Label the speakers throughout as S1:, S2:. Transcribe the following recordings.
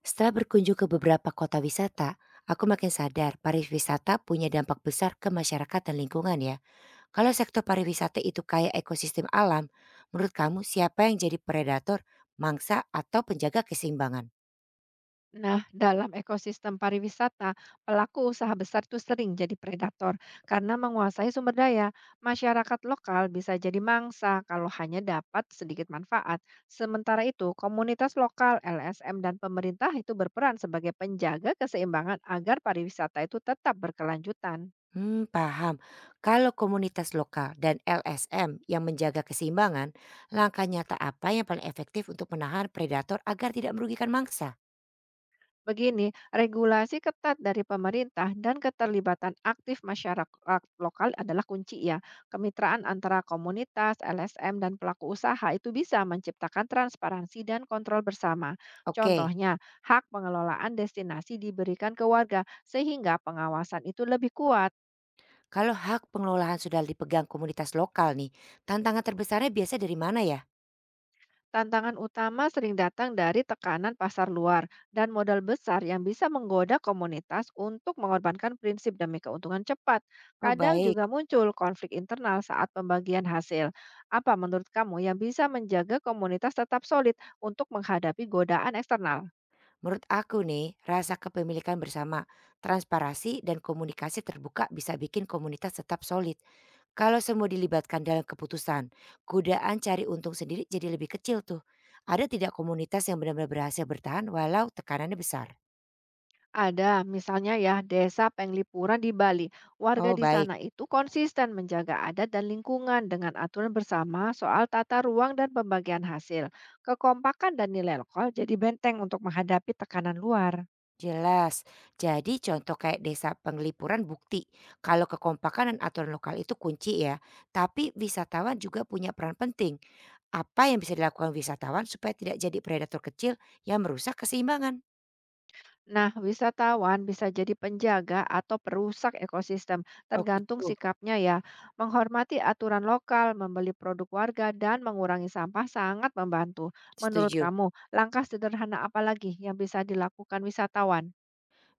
S1: Setelah berkunjung ke beberapa kota wisata, aku makin sadar pariwisata punya dampak besar ke masyarakat dan lingkungan, ya. Kalau sektor pariwisata itu kaya ekosistem alam, menurut kamu siapa yang jadi predator, mangsa, atau penjaga keseimbangan?
S2: Nah, dalam ekosistem pariwisata, pelaku usaha besar itu sering jadi predator karena menguasai sumber daya. Masyarakat lokal bisa jadi mangsa kalau hanya dapat sedikit manfaat. Sementara itu, komunitas lokal, LSM, dan pemerintah itu berperan sebagai penjaga keseimbangan agar pariwisata itu tetap berkelanjutan.
S1: Hmm, paham. Kalau komunitas lokal dan LSM yang menjaga keseimbangan, langkah nyata apa yang paling efektif untuk menahan predator agar tidak merugikan mangsa?
S2: Begini, regulasi ketat dari pemerintah dan keterlibatan aktif masyarakat lokal adalah kunci ya. Kemitraan antara komunitas, LSM, dan pelaku usaha itu bisa menciptakan transparansi dan kontrol bersama.
S1: Oke,
S2: Contohnya, hak pengelolaan destinasi diberikan ke warga sehingga pengawasan itu lebih kuat.
S1: kalau hak pengelolaan sudah dipegang komunitas lokal nih, tantangan terbesarnya biasa dari mana ya?
S2: Tantangan utama sering datang dari tekanan pasar luar dan modal besar yang bisa menggoda komunitas untuk mengorbankan prinsip demi keuntungan cepat.
S1: Oh
S2: Kadang
S1: baik,
S2: juga muncul konflik internal saat pembagian hasil. Apa menurut kamu yang bisa menjaga komunitas tetap solid untuk menghadapi godaan eksternal?
S1: menurut aku nih, rasa kepemilikan bersama, transparansi dan komunikasi terbuka bisa bikin komunitas tetap solid. Kalau semua dilibatkan dalam keputusan, godaan cari untung sendiri jadi lebih kecil tuh. Ada tidak komunitas yang benar-benar berhasil bertahan walau tekanannya besar?
S2: Ada, misalnya ya, desa Penglipuran di Bali. Warga
S1: Oh
S2: di
S1: baik,
S2: sana itu konsisten menjaga adat dan lingkungan dengan aturan bersama soal tata ruang dan pembagian hasil. Kekompakan dan nilai lokal jadi benteng untuk menghadapi tekanan luar.
S1: jelas. Jadi contoh kayak desa Penglipuran bukti. Kalau kekompakan dan aturan lokal itu kunci, ya. Tapi wisatawan juga punya peran penting. Apa yang bisa dilakukan wisatawan supaya tidak jadi predator kecil yang merusak keseimbangan?
S2: Nah, wisatawan bisa jadi penjaga atau perusak ekosistem,
S1: Oh
S2: tergantung
S1: gitu,
S2: sikapnya ya. Menghormati aturan lokal, membeli produk warga, dan mengurangi sampah sangat membantu. Menurut
S1: setuju.
S2: kamu, langkah sederhana apa lagi yang bisa dilakukan wisatawan?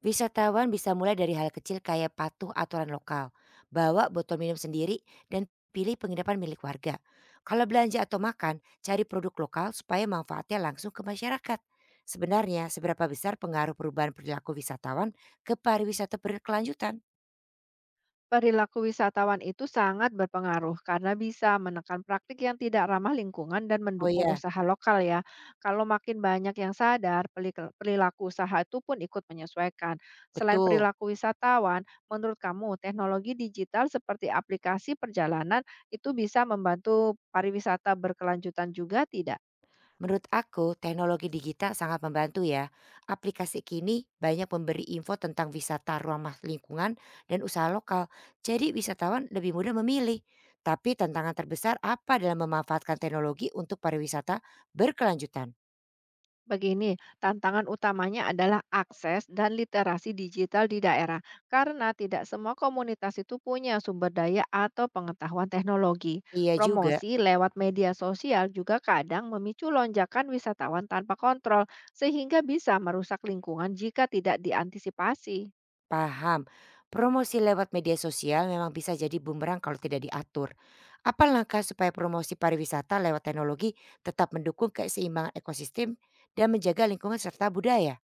S1: Wisatawan bisa mulai dari hal kecil kayak patuh aturan lokal, bawa botol minum sendiri, dan pilih penginapan milik warga. Kalau belanja atau makan, cari produk lokal supaya manfaatnya langsung ke masyarakat. Sebenarnya, seberapa besar pengaruh perubahan perilaku wisatawan ke pariwisata berkelanjutan?
S2: Perilaku wisatawan itu sangat berpengaruh karena bisa menekan praktik yang tidak ramah lingkungan dan
S1: Oh
S2: mendukung
S1: ya,
S2: usaha lokal ya. Kalau makin banyak yang sadar, perilaku usaha itu pun ikut menyesuaikan. Selain
S1: betul.
S2: perilaku wisatawan, menurut kamu teknologi digital seperti aplikasi perjalanan itu bisa membantu pariwisata berkelanjutan juga tidak?
S1: Menurut aku, teknologi digital sangat membantu, ya. Aplikasi kini banyak memberi info tentang wisata ramah lingkungan dan usaha lokal. Jadi wisatawan lebih mudah memilih. Tapi tantangan terbesar apa dalam memanfaatkan teknologi untuk pariwisata berkelanjutan?
S2: Begini, tantangan utamanya adalah akses dan literasi digital di daerah, karena tidak semua komunitas itu punya sumber daya atau pengetahuan teknologi.
S1: Iya juga,
S2: Promosi lewat media sosial juga kadang memicu lonjakan wisatawan tanpa kontrol, sehingga bisa merusak lingkungan jika tidak diantisipasi.
S1: paham. Promosi lewat media sosial memang bisa jadi bumerang kalau tidak diatur. Apa langkah supaya promosi pariwisata lewat teknologi tetap mendukung keseimbangan ekosistem dan menjaga lingkungan serta budaya?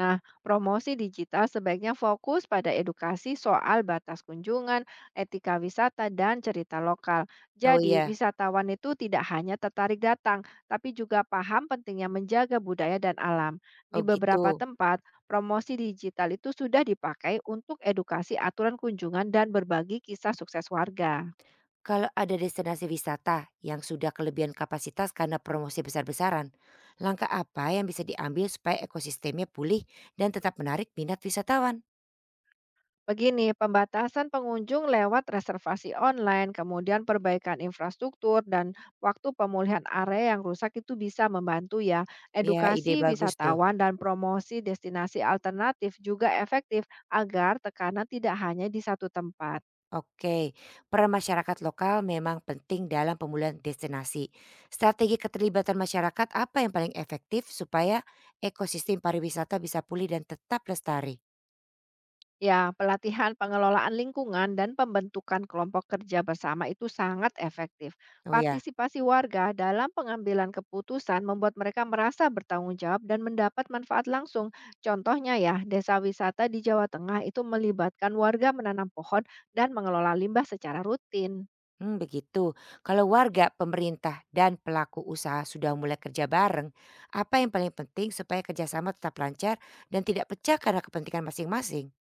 S2: Nah, promosi digital sebaiknya fokus pada edukasi soal batas kunjungan, etika wisata, dan cerita lokal.
S1: Oh
S2: Jadi,
S1: iya,
S2: wisatawan itu tidak hanya tertarik datang, tapi juga paham pentingnya menjaga budaya dan alam. Di
S1: oh gitu.
S2: beberapa tempat, promosi digital itu sudah dipakai untuk edukasi aturan kunjungan dan berbagi kisah sukses warga.
S1: Kalau ada destinasi wisata yang sudah kelebihan kapasitas karena promosi besar-besaran, langkah apa yang bisa diambil supaya ekosistemnya pulih dan tetap menarik minat wisatawan?
S2: Begini, pembatasan pengunjung lewat reservasi online, kemudian perbaikan infrastruktur dan waktu pemulihan area yang rusak itu bisa membantu ya.
S1: Ya, ide
S2: Edukasi
S1: bagus tuh.
S2: wisatawan dan promosi destinasi alternatif juga efektif agar tekanan tidak hanya di satu tempat.
S1: Oke, peran masyarakat lokal memang penting dalam pemulihan destinasi. Strategi keterlibatan masyarakat apa yang paling efektif supaya ekosistem pariwisata bisa pulih dan tetap lestari?
S2: Ya, pelatihan pengelolaan lingkungan dan pembentukan kelompok kerja bersama itu sangat efektif.
S1: Oh ya.
S2: Partisipasi warga dalam pengambilan keputusan membuat mereka merasa bertanggung jawab dan mendapat manfaat langsung. Contohnya ya, desa wisata di Jawa Tengah itu melibatkan warga menanam pohon dan mengelola limbah secara rutin.
S1: Hmm, begitu. Kalau warga, pemerintah, dan pelaku usaha sudah mulai kerja bareng, apa yang paling penting supaya kerjasama tetap lancar dan tidak pecah karena kepentingan masing-masing?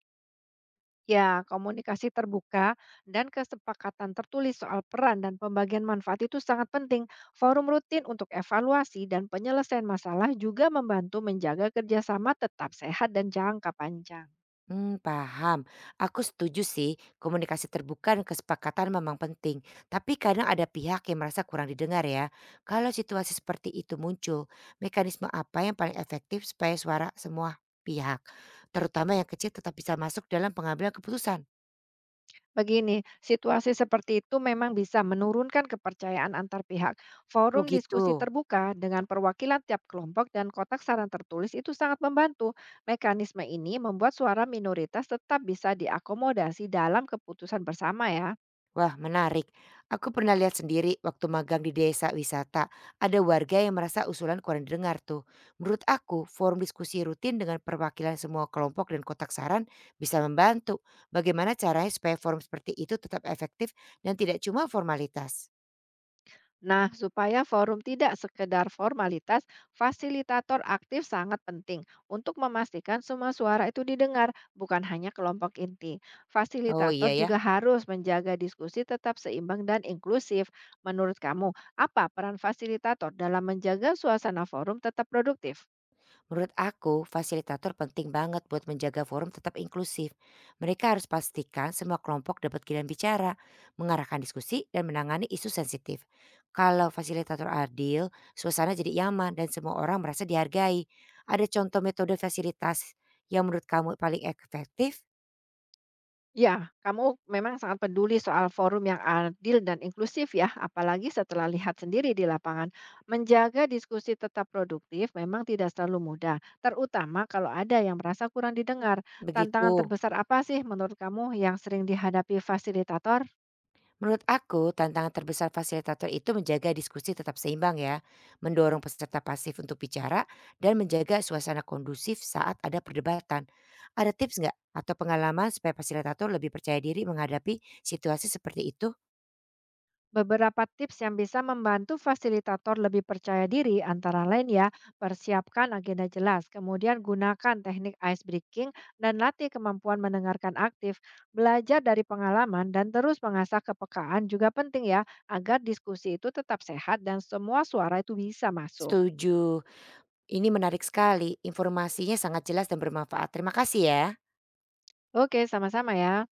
S2: Ya, komunikasi terbuka dan kesepakatan tertulis soal peran dan pembagian manfaat itu sangat penting. Forum rutin untuk evaluasi dan penyelesaian masalah juga membantu menjaga kerjasama tetap sehat dan jangka panjang.
S1: Hmm, paham. Aku setuju sih, komunikasi terbuka dan kesepakatan memang penting. Tapi kadang ada pihak yang merasa kurang didengar, ya. Kalau situasi seperti itu muncul, mekanisme apa yang paling efektif supaya suara semua pihak, terutama yang kecil tetap bisa masuk dalam pengambilan keputusan?
S2: Begini, situasi seperti itu memang bisa menurunkan kepercayaan antar pihak.
S1: Oh
S2: Forum
S1: gitu.
S2: diskusi terbuka dengan perwakilan tiap kelompok dan kotak saran tertulis itu sangat membantu. Mekanisme ini membuat suara minoritas tetap bisa diakomodasi dalam keputusan bersama ya.
S1: Wah, menarik. Aku pernah lihat sendiri waktu magang di desa wisata, ada warga yang merasa usulan kurang didengar tuh. Menurut aku, forum diskusi rutin dengan perwakilan semua kelompok dan kotak saran bisa membantu. Bagaimana caranya supaya forum seperti itu tetap efektif dan tidak cuma formalitas?
S2: Nah, supaya forum tidak sekedar formalitas, fasilitator aktif sangat penting untuk memastikan semua suara itu didengar, bukan hanya kelompok inti.
S1: Oh
S2: Fasilitator
S1: iya ya.
S2: juga harus menjaga diskusi tetap seimbang dan inklusif. Menurut kamu, apa peran fasilitator dalam menjaga suasana forum tetap produktif?
S1: Menurut aku, fasilitator penting banget buat menjaga forum tetap inklusif. Mereka harus pastikan semua kelompok dapat giliran bicara, mengarahkan diskusi, dan menangani isu sensitif. Kalau fasilitator adil, suasana jadi nyaman dan semua orang merasa dihargai. Ada contoh metode fasilitas yang menurut kamu paling efektif?
S2: Ya, kamu memang sangat peduli soal forum yang adil dan inklusif ya, apalagi setelah lihat sendiri di lapangan. Menjaga diskusi tetap produktif memang tidak selalu mudah, terutama kalau ada yang merasa kurang didengar. Tantangan
S1: Begitu.
S2: terbesar apa sih menurut kamu yang sering dihadapi fasilitator?
S1: Menurut aku, tantangan terbesar fasilitator itu menjaga diskusi tetap seimbang ya, mendorong peserta pasif untuk bicara, dan menjaga suasana kondusif saat ada perdebatan. Ada tips nggak atau pengalaman supaya fasilitator lebih percaya diri menghadapi situasi seperti itu?
S2: Beberapa tips yang bisa membantu fasilitator lebih percaya diri antara lain ya, persiapkan agenda jelas, kemudian gunakan teknik ice breaking dan latih kemampuan mendengarkan aktif. Belajar dari pengalaman dan terus mengasah kepekaan juga penting ya, agar diskusi itu tetap sehat dan semua suara itu bisa masuk.
S1: Setuju. Ini menarik sekali. Informasinya sangat jelas dan bermanfaat. Terima kasih ya.
S2: Oke, sama-sama ya.